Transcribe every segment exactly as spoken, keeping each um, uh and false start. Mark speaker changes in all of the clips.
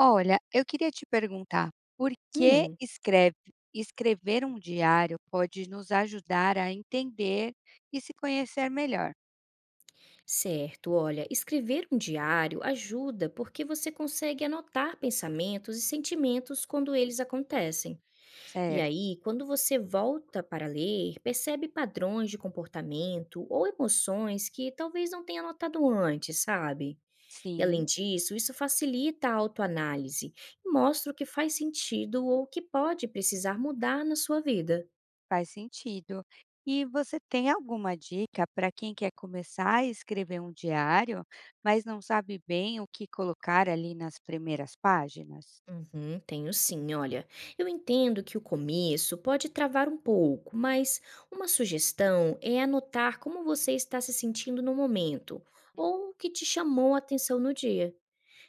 Speaker 1: Olha, eu queria te perguntar, por que
Speaker 2: Hum,
Speaker 1: escreve escrever um diário pode nos ajudar a entender e se conhecer melhor,
Speaker 2: certo. Olha, escrever um diário ajuda porque você consegue anotar pensamentos e sentimentos quando eles acontecem. E
Speaker 1: certo?
Speaker 2: aí, quando você volta para ler, percebe padrões de comportamento ou emoções que talvez não tenha notado antes, sabe? E além
Speaker 1: Sim,
Speaker 2: disso, isso facilita a autoanálise e mostra o que faz sentido ou o que pode precisar mudar na sua vida.
Speaker 1: faz sentido. E você tem alguma dica para quem quer começar a escrever um diário, mas não sabe bem o que colocar ali nas primeiras páginas?
Speaker 2: Uhum, tenho sim, olha. Eu entendo que o começo pode travar um pouco, mas uma sugestão é anotar como você está se sentindo no momento ou o que te chamou a atenção no dia.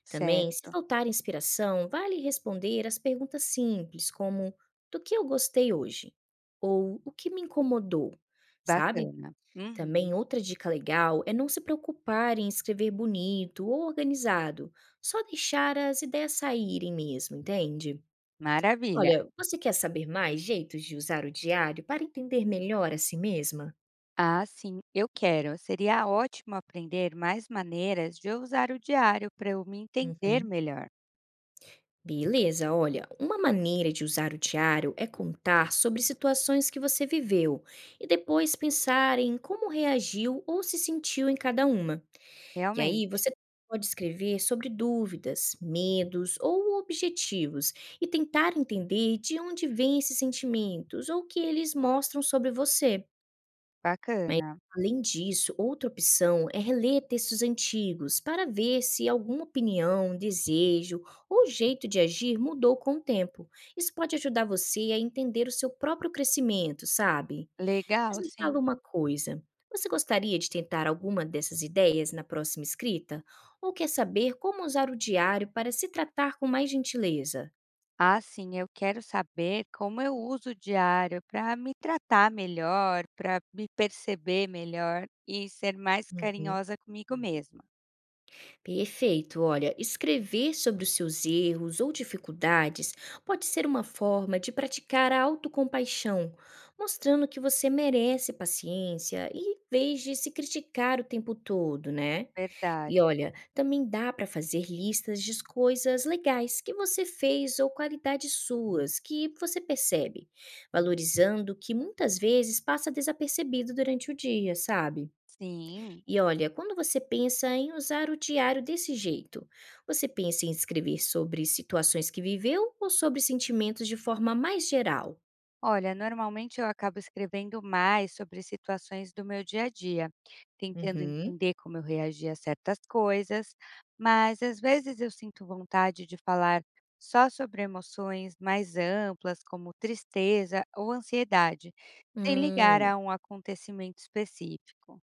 Speaker 2: Também, se
Speaker 1: Certo,
Speaker 2: faltar inspiração, vale responder as perguntas simples, como do que eu gostei hoje ou o que me incomodou, sabe?
Speaker 1: bacana.
Speaker 2: Também
Speaker 1: Uhum,
Speaker 2: outra dica legal é não se preocupar em escrever bonito ou organizado, só deixar as ideias saírem mesmo, entende?
Speaker 1: maravilha.
Speaker 2: Olha, você quer saber mais jeitos de usar o diário para entender melhor a si mesma?
Speaker 1: Ah, sim, eu quero. Seria ótimo aprender mais maneiras de eu usar o diário para eu me entender
Speaker 2: Uhum.
Speaker 1: melhor.
Speaker 2: Beleza, olha, uma maneira de usar o diário é contar sobre situações que você viveu e depois pensar em como reagiu ou se sentiu em cada uma. E aí
Speaker 1: Realmente,
Speaker 2: você pode escrever sobre dúvidas, medos ou objetivos e tentar entender de onde vêm esses sentimentos ou o que eles mostram sobre você. Mas,
Speaker 1: bacana.
Speaker 2: além disso, outra opção é reler textos antigos para ver se alguma opinião, desejo ou jeito de agir mudou com o tempo. Isso pode ajudar você a entender o seu próprio crescimento, sabe? Mas
Speaker 1: Legal,
Speaker 2: me fala
Speaker 1: sim.
Speaker 2: uma coisa, você gostaria de tentar alguma dessas ideias na próxima escrita? Ou quer saber como usar o diário para se tratar com mais gentileza?
Speaker 1: Ah, sim, eu quero saber como eu uso o diário para me tratar melhor, para me perceber melhor e ser mais
Speaker 2: Uhum.
Speaker 1: carinhosa comigo mesma.
Speaker 2: Perfeito, olha, escrever sobre os seus erros ou dificuldades pode ser uma forma de praticar a autocompaixão, mostrando que você merece paciência e em vez de se criticar o tempo todo, né? E
Speaker 1: Verdade.
Speaker 2: olha, também dá para fazer listas de coisas legais que você fez ou qualidades suas que você percebe, valorizando que muitas vezes passa desapercebido durante o dia, sabe?
Speaker 1: Sim.
Speaker 2: E olha, quando você pensa em usar o diário desse jeito, você pensa em escrever sobre situações que viveu ou sobre sentimentos de forma mais geral?
Speaker 1: Olha, normalmente eu acabo escrevendo mais sobre situações do meu dia a dia, tentando
Speaker 2: Uhum.
Speaker 1: entender como eu reagi a certas coisas, mas às vezes eu sinto vontade de falar só sobre emoções mais amplas, como tristeza ou ansiedade, sem ligar
Speaker 2: Hum.
Speaker 1: a um acontecimento específico.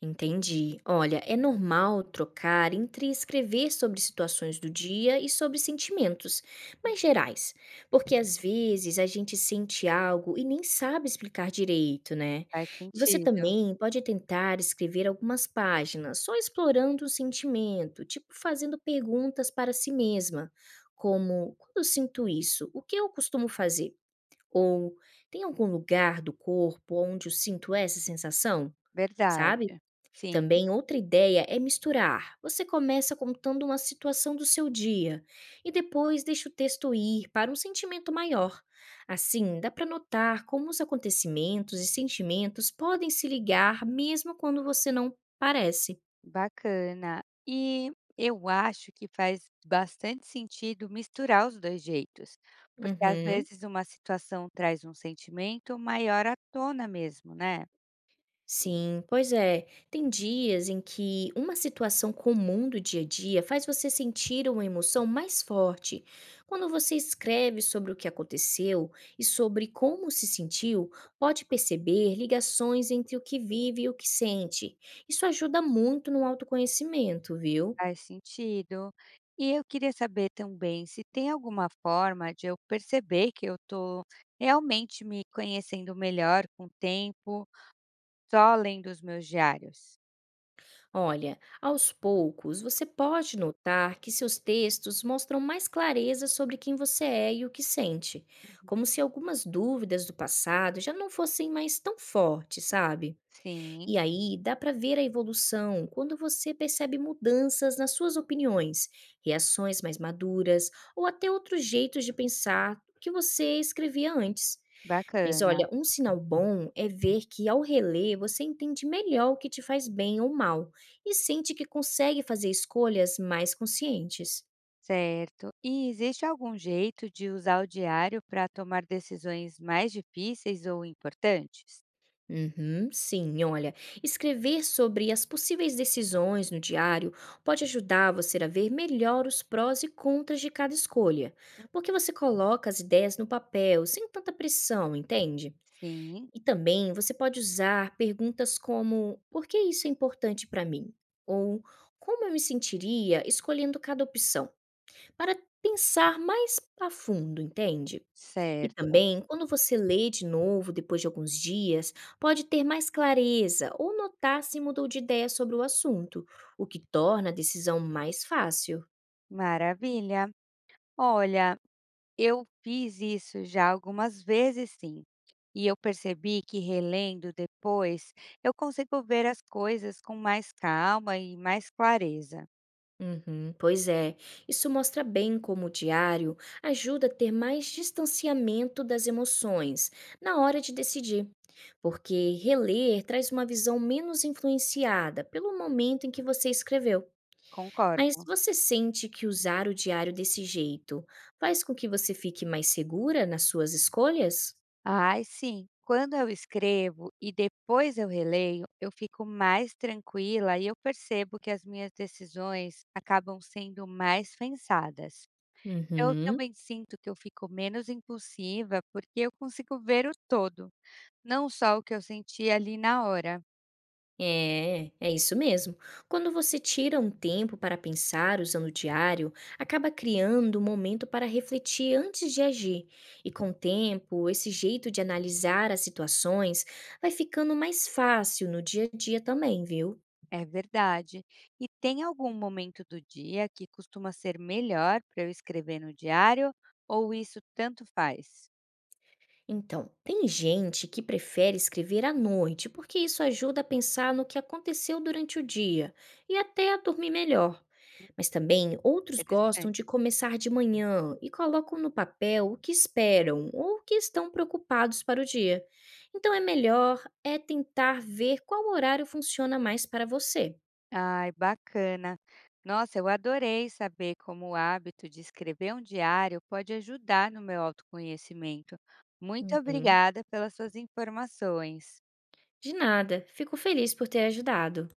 Speaker 2: Entendi. Olha, é normal trocar entre escrever sobre situações do dia e sobre sentimentos,
Speaker 1: Uhum.
Speaker 2: mas gerais, porque às vezes a gente sente algo e nem sabe explicar direito, né?
Speaker 1: Faz
Speaker 2: E você
Speaker 1: sentido,
Speaker 2: também pode tentar escrever algumas páginas só explorando o sentimento, tipo fazendo perguntas para si mesma, como: quando eu sinto isso, o que eu costumo fazer? Ou tem algum lugar do corpo onde eu sinto essa sensação? Sabe?
Speaker 1: verdade. Sim.
Speaker 2: Também outra ideia é misturar. Você começa contando uma situação do seu dia e depois deixa o texto ir para um sentimento maior. Assim, dá para notar como os acontecimentos e sentimentos podem se ligar mesmo quando você não parece.
Speaker 1: Bacana. E eu acho que faz bastante sentido misturar os dois jeitos, porque às
Speaker 2: Uhum.
Speaker 1: vezes uma situação traz um sentimento maior à tona mesmo, né?
Speaker 2: Sim, pois é. Tem dias em que uma situação comum do dia a dia faz você sentir uma emoção mais forte. Quando você escreve sobre o que aconteceu e sobre como se sentiu, pode perceber ligações entre o que vive e o que sente. Isso ajuda muito no autoconhecimento, viu?
Speaker 1: Faz sentido. E eu queria saber também se tem alguma forma de eu perceber que eu estou realmente me conhecendo melhor com o tempo, só além dos meus diários.
Speaker 2: Olha, aos poucos você pode notar que seus textos mostram mais clareza sobre quem você é e o que sente,
Speaker 1: Uhum.
Speaker 2: como se algumas dúvidas do passado já não fossem mais tão fortes, sabe?
Speaker 1: Sim,
Speaker 2: E aí dá para ver a evolução quando você percebe mudanças nas suas opiniões, reações mais maduras ou até outros jeitos de pensar que você escrevia antes. Mas
Speaker 1: bacana.
Speaker 2: olha, um sinal bom é ver que ao reler você entende melhor o que te faz bem ou mal e sente que consegue fazer escolhas mais conscientes.
Speaker 1: Certo. E existe algum jeito de usar o diário para tomar decisões mais difíceis ou importantes?
Speaker 2: Uhum, sim, olha, escrever sobre as possíveis decisões no diário pode ajudar você a ver melhor os prós e contras de cada escolha,
Speaker 1: Hum,
Speaker 2: porque você coloca as ideias no papel sem tanta pressão, entende?
Speaker 1: Sim,
Speaker 2: E também você pode usar perguntas como: por que isso é importante para mim? Ou como eu me sentiria escolhendo cada opção? Para pensar mais a fundo, entende? E
Speaker 1: certo.
Speaker 2: também, quando você lê de novo depois de alguns dias, pode ter mais clareza ou notar se mudou de ideia sobre o assunto, o que torna a decisão mais fácil.
Speaker 1: Maravilha. Olha, eu fiz isso já algumas vezes, sim. E eu percebi que relendo depois, eu consigo ver as coisas com mais calma e mais clareza.
Speaker 2: Uhum, pois é, isso mostra bem como o diário ajuda a ter mais distanciamento das emoções na hora de decidir, porque reler traz uma visão menos influenciada pelo momento em que você escreveu. Mas
Speaker 1: Concordo.
Speaker 2: você sente que usar o diário desse jeito faz com que você fique mais segura nas suas escolhas?
Speaker 1: Ai, sim. Quando eu escrevo e depois eu releio, eu fico mais tranquila e eu percebo que as minhas decisões acabam sendo mais pensadas. Eu
Speaker 2: Uhum.
Speaker 1: também sinto que eu fico menos impulsiva porque eu consigo ver o todo, não só o que eu senti ali na hora.
Speaker 2: É, é isso mesmo. Quando você tira um tempo para pensar usando o diário, acaba criando um momento para refletir antes de agir. E com o tempo, esse jeito de analisar as situações vai ficando mais fácil no dia a dia também, viu?
Speaker 1: É verdade. E tem algum momento do dia que costuma ser melhor para eu escrever no diário ou isso tanto faz?
Speaker 2: Então, tem gente que prefere escrever à noite, porque isso ajuda a pensar no que aconteceu durante o dia e até a dormir melhor. Mas também outros gostam
Speaker 1: Interessante.
Speaker 2: de começar de manhã e colocam no papel o que esperam ou o que estão preocupados para o dia. Então é melhor é tentar ver qual horário funciona mais para você.
Speaker 1: Ai, bacana. Nossa, eu adorei saber como o hábito de escrever um diário pode ajudar no meu autoconhecimento. Muito
Speaker 2: Uhum.
Speaker 1: obrigada pelas suas informações.
Speaker 2: De nada, fico feliz por ter ajudado.